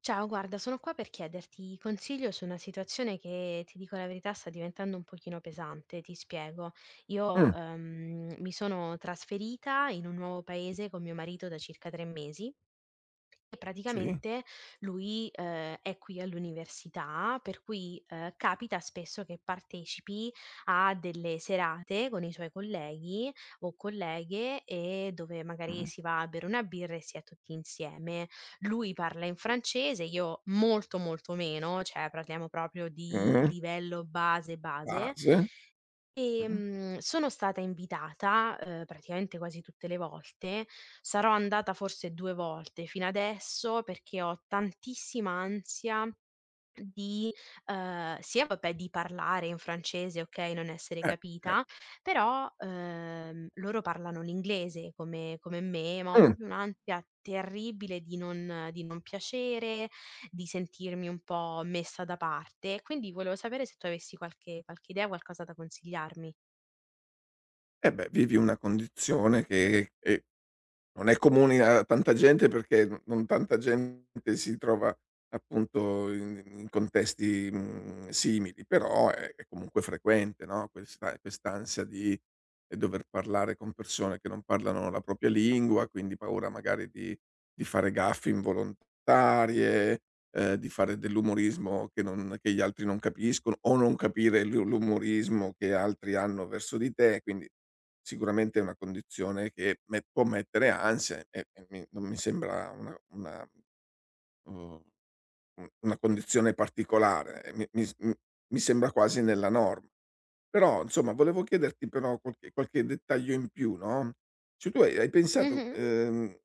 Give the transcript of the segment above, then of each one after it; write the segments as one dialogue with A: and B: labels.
A: Ciao, guarda, sono qua per chiederti consiglio su una situazione che, ti dico la verità, sta diventando un pochino pesante, ti spiego. Io,
B: Mh,
A: mi sono trasferita in un nuovo paese con mio marito da circa 3 mesi e
B: sì,
A: praticamente lui, è qui all'università, per cui, capita spesso che partecipi a delle serate con i suoi colleghi o colleghe, e dove magari
B: mh,
A: si va a bere una birra e si è tutti insieme. Lui parla in francese, io molto, molto meno, cioè parliamo proprio di
B: mh,
A: livello base, base.
B: base, mh,
A: Sono stata invitata, praticamente quasi tutte le volte. Sarò andata forse 2 volte fino adesso, perché ho tantissima ansia di sia vabbè di parlare in francese, okay, non essere
B: eh, cer
A: capita, però, loro parlano l'inglese come me, ma ho
B: mh,
A: proprio un'ansia terribile di non piacere, di sentirmi un po' messa da parte. Quindi volevo sapere se tu avessi qualche idea, qualcosa da consigliarmi.
B: eh beh, vivi una condizione che non è comune a tanta gente perché n non tanta gente si trova appunto in contesti, mhmm, simili, però è comunque frequente, no, questa quest'ansia di dover parlare con persone che non parlano la propria lingua, quindi paura magari di fare gaffe involontarie, di fare dell'umorismo che gli altri non capiscono o non capire l'umorismo che altri hanno verso di te, quindi sicuramente è una condizione che me può mettere ansia e mi non mi sembra una uhm, u una condizione particolare, e mi mi s m mi sembra quasi nella norma. Però, insomma, volevo chiederti però qualche dettaglio in più, no, cioè tu hai pensato
A: Mh-mh.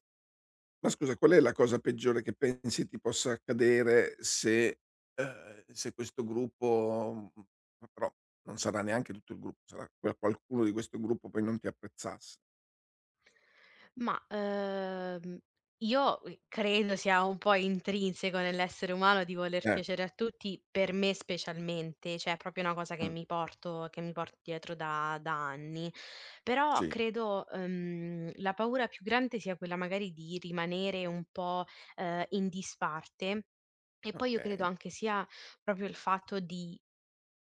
B: ma scusa qual è la cosa peggiore che pensi ti possa accadere se se questo gruppo mhmm, però non sarà neanche tutto il gruppo, sarà quel qualcuno di questo gruppo poi non ti apprezzasse?
A: Ma, io, credo sia un po' intrinseco nell'essere umano di voler
B: Eh,
A: piacere a tutti, per me specialmente, cioè è proprio una cosa che
B: mh.
A: mi porto dietro da anni. Però
B: Sì,
A: credo, la paura più grande sia quella magari di rimanere un po', in disparte e poi io credo
B: okay,
A: anche sia proprio il fatto di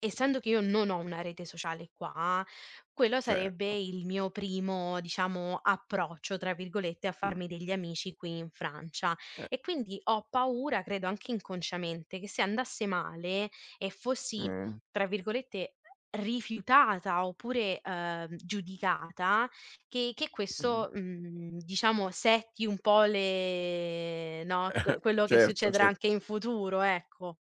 A: essendo che io non ho una rete sociale qua, quello
B: cer
A: sarebbe il mio primo, diciamo, "approccio" tra virgolette a
B: mh,
A: farmi degli amici qui in Francia
B: eh,
A: e quindi ho paura, credo anche inconsciamente, che se andasse male e fossi,
B: mh,
A: tra virgolette, "rifiutata" oppure, giudicata, che
B: mh.
A: questo, diciamo setti un po' le no, q quello che
B: Certo,
A: succederà
B: cer,
A: anche in futuro, ecco.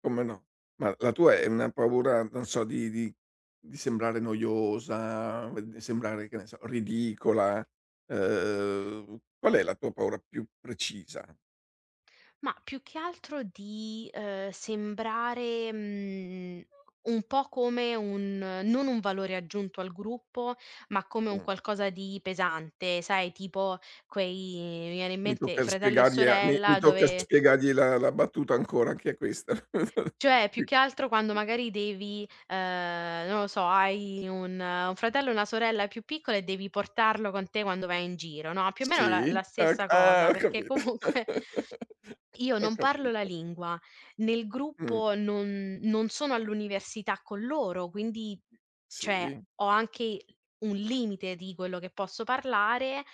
B: come no. Ma la tua è una paura, non so, di di sembrare noiosa, di sembrare, che ne so, ridicola? Qual è la tua paura più precisa?
A: Ma più che altro di, sembrare, un po' come un non un valore aggiunto al gruppo, ma come un
B: Mh,
A: qualcosa di pesante, sai tipo quei mi viene in
B: mi
A: mente
B: tocca
A: "Fratello e
B: spiegargli a mi
A: sorella"
B: tocca
A: dove
B: spiegargli la battuta ancora che è questa.
A: cioè più
B: Sì.
A: che altro quando magari devi, non lo so, hai un fratello e una sorella più piccola e devi portarlo con te quando vai in giro, no, più o meno la
B: Sì?
A: la
B: Ho c
A: stessa
B: ah,
A: cosa,
B: ho
A: perché
B: capito.
A: comunque io
B: Ho
A: non parlo la
B: capito.
A: lingua, nel
B: Mh.
A: gruppo non sono all'università con loro, quindi, cioè,
B: Sì?
A: ho anche un limite di quello che posso parlare,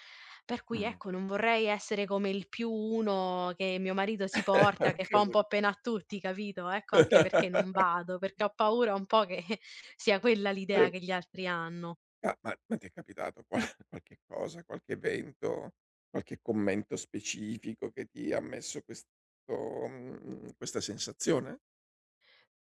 A: per cui,
B: Mh.
A: ecco, non vorrei essere come il più uno che mio marito si porta, che fa un po' pena a tutti, capito? Ecco
B: Ho
A: anche perché
B: capi,
A: non vado, perché ho paura un po' che sia quella
B: E
A: l'idea che gli altri hanno.
B: ma ma ti è capitato qual qualche cosa, qualche evento, qualche commento specifico che ti ha messo questo mhmm, questa sensazione?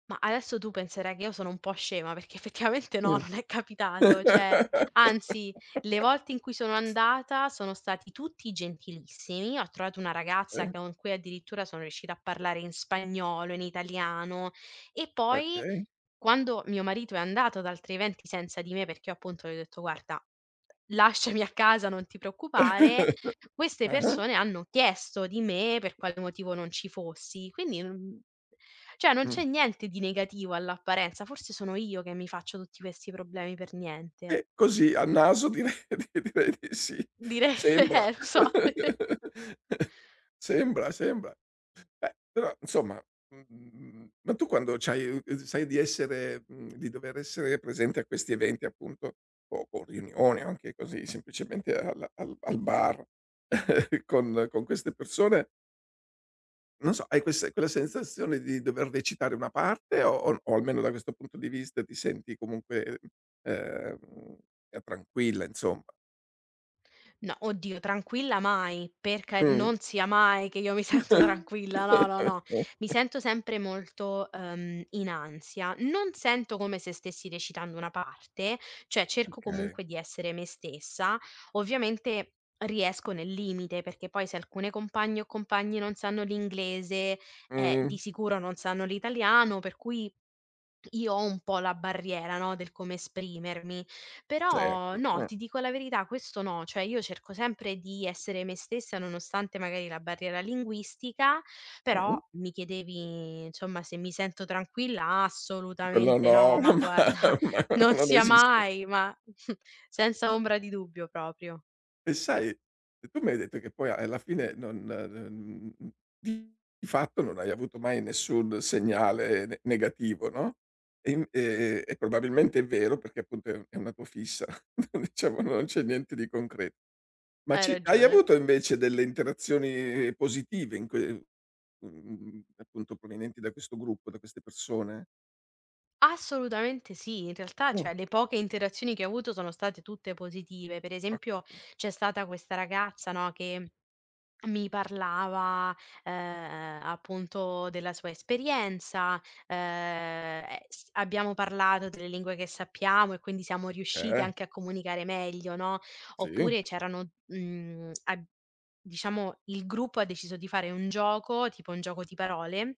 A: Ma adesso tu penserai che io sono un po' scema, perché effettivamente no,
B: Mh.
A: non è capitato, cioè anzi, le volte in cui sono andata sono stati tutti gentilissimi. Ho trovato una ragazza
B: Okay,
A: con cui addirittura sono riuscita a parlare in spagnolo, in italiano e poi
B: okay.
A: quando mio marito è andato ad altri eventi senza di me, perché io appunto gli ho detto: "Guarda, lasciami a casa, non ti preoccupare", queste
B: Ah-ah.
A: persone hanno chiesto di me per quale motivo non ci fossi, quindi non cioè non
B: Mh.
A: c'è niente di negativo all'apparenza, forse sono io che mi faccio tutti questi problemi per niente.
B: Così a naso direi di direi di sì.
A: Dire
B: Sembra.
A: lo so.
B: Sembra, sembra. Beh, però insomma, mhmm, ma tu quando c'hai sai di essere mhmm, di dover essere presente a questi eventi appunto, o riunioni o anche così semplicemente al al bar con queste persone, non so, hai queste quella sensazione di dover recitare una parte o almeno da questo punto di vista ti senti comunque, ehm, tranquilla insomma?
A: No, oddio, tranquilla mai, per ca
B: Mh.
A: non sia mai che io mi sento tranquilla, no, no, no. Mi sento sempre molto, in ansia. Non sento come se stessi recitando una parte, cioè cerco
B: Okay.
A: comunque di essere me stessa. Ovviamente riesco nel limite, perché poi se alcune compagne o compagni non sanno l'inglese, di
B: Mh,
A: sicuro non sanno l'italiano, per cui io ho un po' la barriera, no, del come esprimermi, però
B: certo.
A: no, ti dico la verità, questo no, cioè io cerco sempre di essere me stessa nonostante magari la barriera linguistica,
B: Mh.
A: però mi chiedevi insomma se mi sento tranquilla,
B: Quello
A: assolutamente
B: no,
A: no, ma
B: ma
A: guarda, non
B: ma non
A: sia
B: esiste.
A: mai, ma senza ombra di dubbio proprio.
B: E sai, e tu mi hai detto che poi alla fine non mhmm, di fatto non hai avuto mai nessun segnale ne negativo, no, e in e probabilmente è vero perché appunto è una tua fissa, non- diciamo non c'è niente di concreto. Ma
A: Hai
B: ci hai
A: ragione.
B: avuto invece delle interazioni positive in que mhmm, appunto provenienti da questo gruppo, da queste persone?
A: Assolutamente sì, in realtà,
B: Mh.
A: cioè, le poche interazioni che ho avuto sono state tutte positive. Per esempio,
B: Okay.
A: c'è stata questa ragazza, no, che mi parlava, appunto della sua esperienza, e s abbiamo parlato delle lingue che sappiamo e quindi siamo riusciti
B: Eh,
A: anche a comunicare meglio, no,
B: sì,
A: oppure c'erano, mhmm, a diciamo il gruppo ha deciso di fare un gioco, tipo un gioco di parole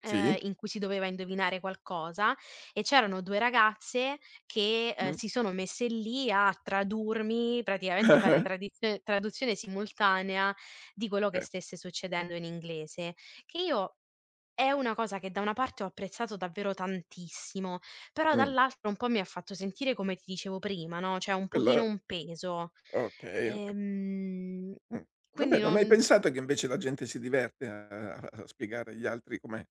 B: sì,
A: in cui si doveva indovinare qualcosa e c'erano 2 ragazze che,
B: mh.
A: si sono messe lì a tradurmi, praticamente fare tradiz traduzione simultanea di quello che
B: Eh,
A: stesse succedendo in inglese, che io è una cosa che da una parte ho apprezzato davvero tantissimo, però
B: mh.
A: dall'altra un po' mi ha fatto sentire, come ti dicevo prima, no, cioè un pochino
B: Quello
A: un peso.
B: okay, okay.
A: Ehm,
B: Mh.
A: quindi
B: Vabbè, non hai
A: non
B: pensato che invece la gente si diverte a a spiegare agli altri com'è?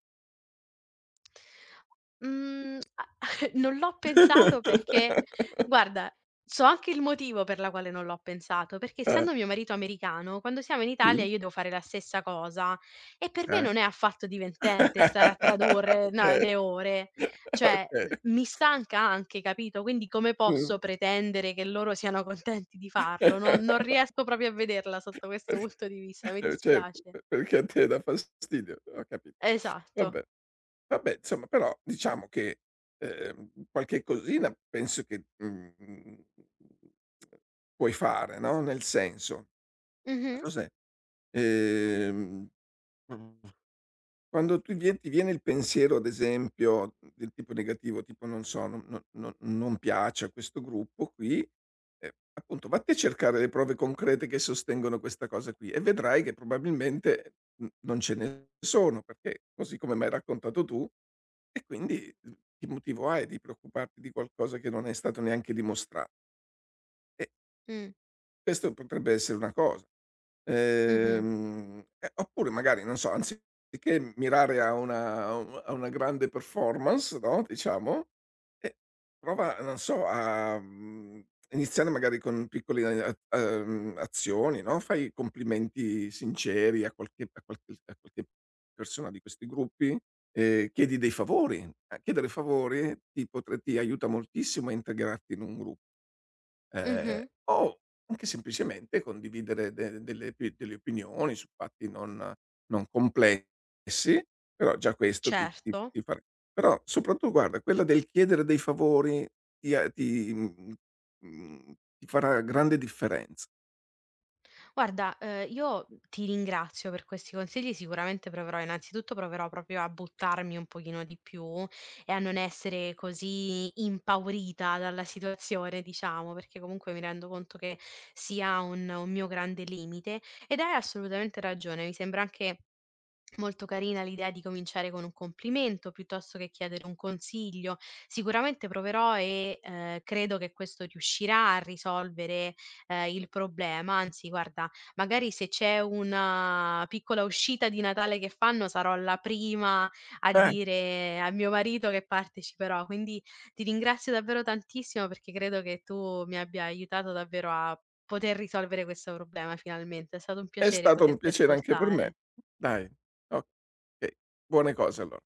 A: Mhmm, a non l'ho pensato perché guarda, so anche il motivo per la quale non l'ho pensato, perché
B: Eh,
A: essendo mio marito americano, quando siamo in Italia
B: sì,
A: io devo fare la stessa cosa e per me
B: eh.
A: non è affatto divertente stare a tradurre, no,
B: Okay,
A: le ore. Cioè,
B: okay.
A: mi stanca anche, capito, quindi come
B: Mh.
A: posso pretendere che loro siano contenti di farlo? Non non riesco proprio a vederla sotto questo punto di vista, mi
B: Certo,
A: dispiace.
B: pe perché a te dà fastidio. Ho capito.
A: Esatto.
B: Vabbè, vabbè, insomma, però diciamo che, qualche cosina penso che, mhmm, puoi fare, no, nel senso, non
A: Mh-mh.
B: so se, ehm, quando tu vie ti viene il pensiero, ad esempio, del tipo negativo, tipo non so, non piace a questo gruppo qui, appunto vatti a cercare le prove concrete che sostengono questa cosa qui e vedrai che probabilmente n non ce ne sono, perché così come m'hai raccontato tu, e quindi, mhmm, che motivo hai di preoccuparti di qualcosa che non è stato neanche dimostrato? E
A: Mh.
B: questo potrebbe essere una cosa.
A: Mh-mh.
B: Eh, oppure magari, non so, anziché mirare a una a una grande performance, no, diciamo, eh, prova, non so, a, mhmm, iniziare magari con piccoli a a azioni, no, fai complimenti sinceri a qualche a qualche a qualche persona di questi gruppi, chiedi dei favori. A chiedere favori ti potre ti aiuta moltissimo a integrarti in un gru, Ehm,
A: Mh-mh.
B: o anche semplicemente condividere de delle pi delle opinioni su fatti non complessi, però già questo ti ti
A: Certo.
B: ti fa, però soprattutto guarda, quella del chiedere dei favori ti mhmm, ti farà grande differenza.
A: Guarda, io ti ringrazio per questi consigli, sicuramente proverò innanzitutto proverò proprio a buttarmi un pochino di più e a non essere così impaurita dalla situazione, diciamo, perché comunque mi rendo conto che sia un mio grande limite ed hai assolutamente ragione, mi sembra anche molto carina l'idea di cominciare con un complimento piuttosto che chiedere un consiglio. Sicuramente proverò e credo che questo riuscirà a risolvere il problema. Anzi, guarda, magari se c'è una piccola uscita di Natale che fanno, sarò la prima a
B: Eh,
A: dire a mio marito che parteciperò. Quindi ti ringrazio davvero tantissimo perché credo che tu mi abbia aiutato davvero a poter risolvere questo problema finalmente. È stato un
B: è
A: piacere
B: stato un
A: poterti
B: piacere anche per me.
A: ascoltare.
B: Dai, okay. Buone cose allo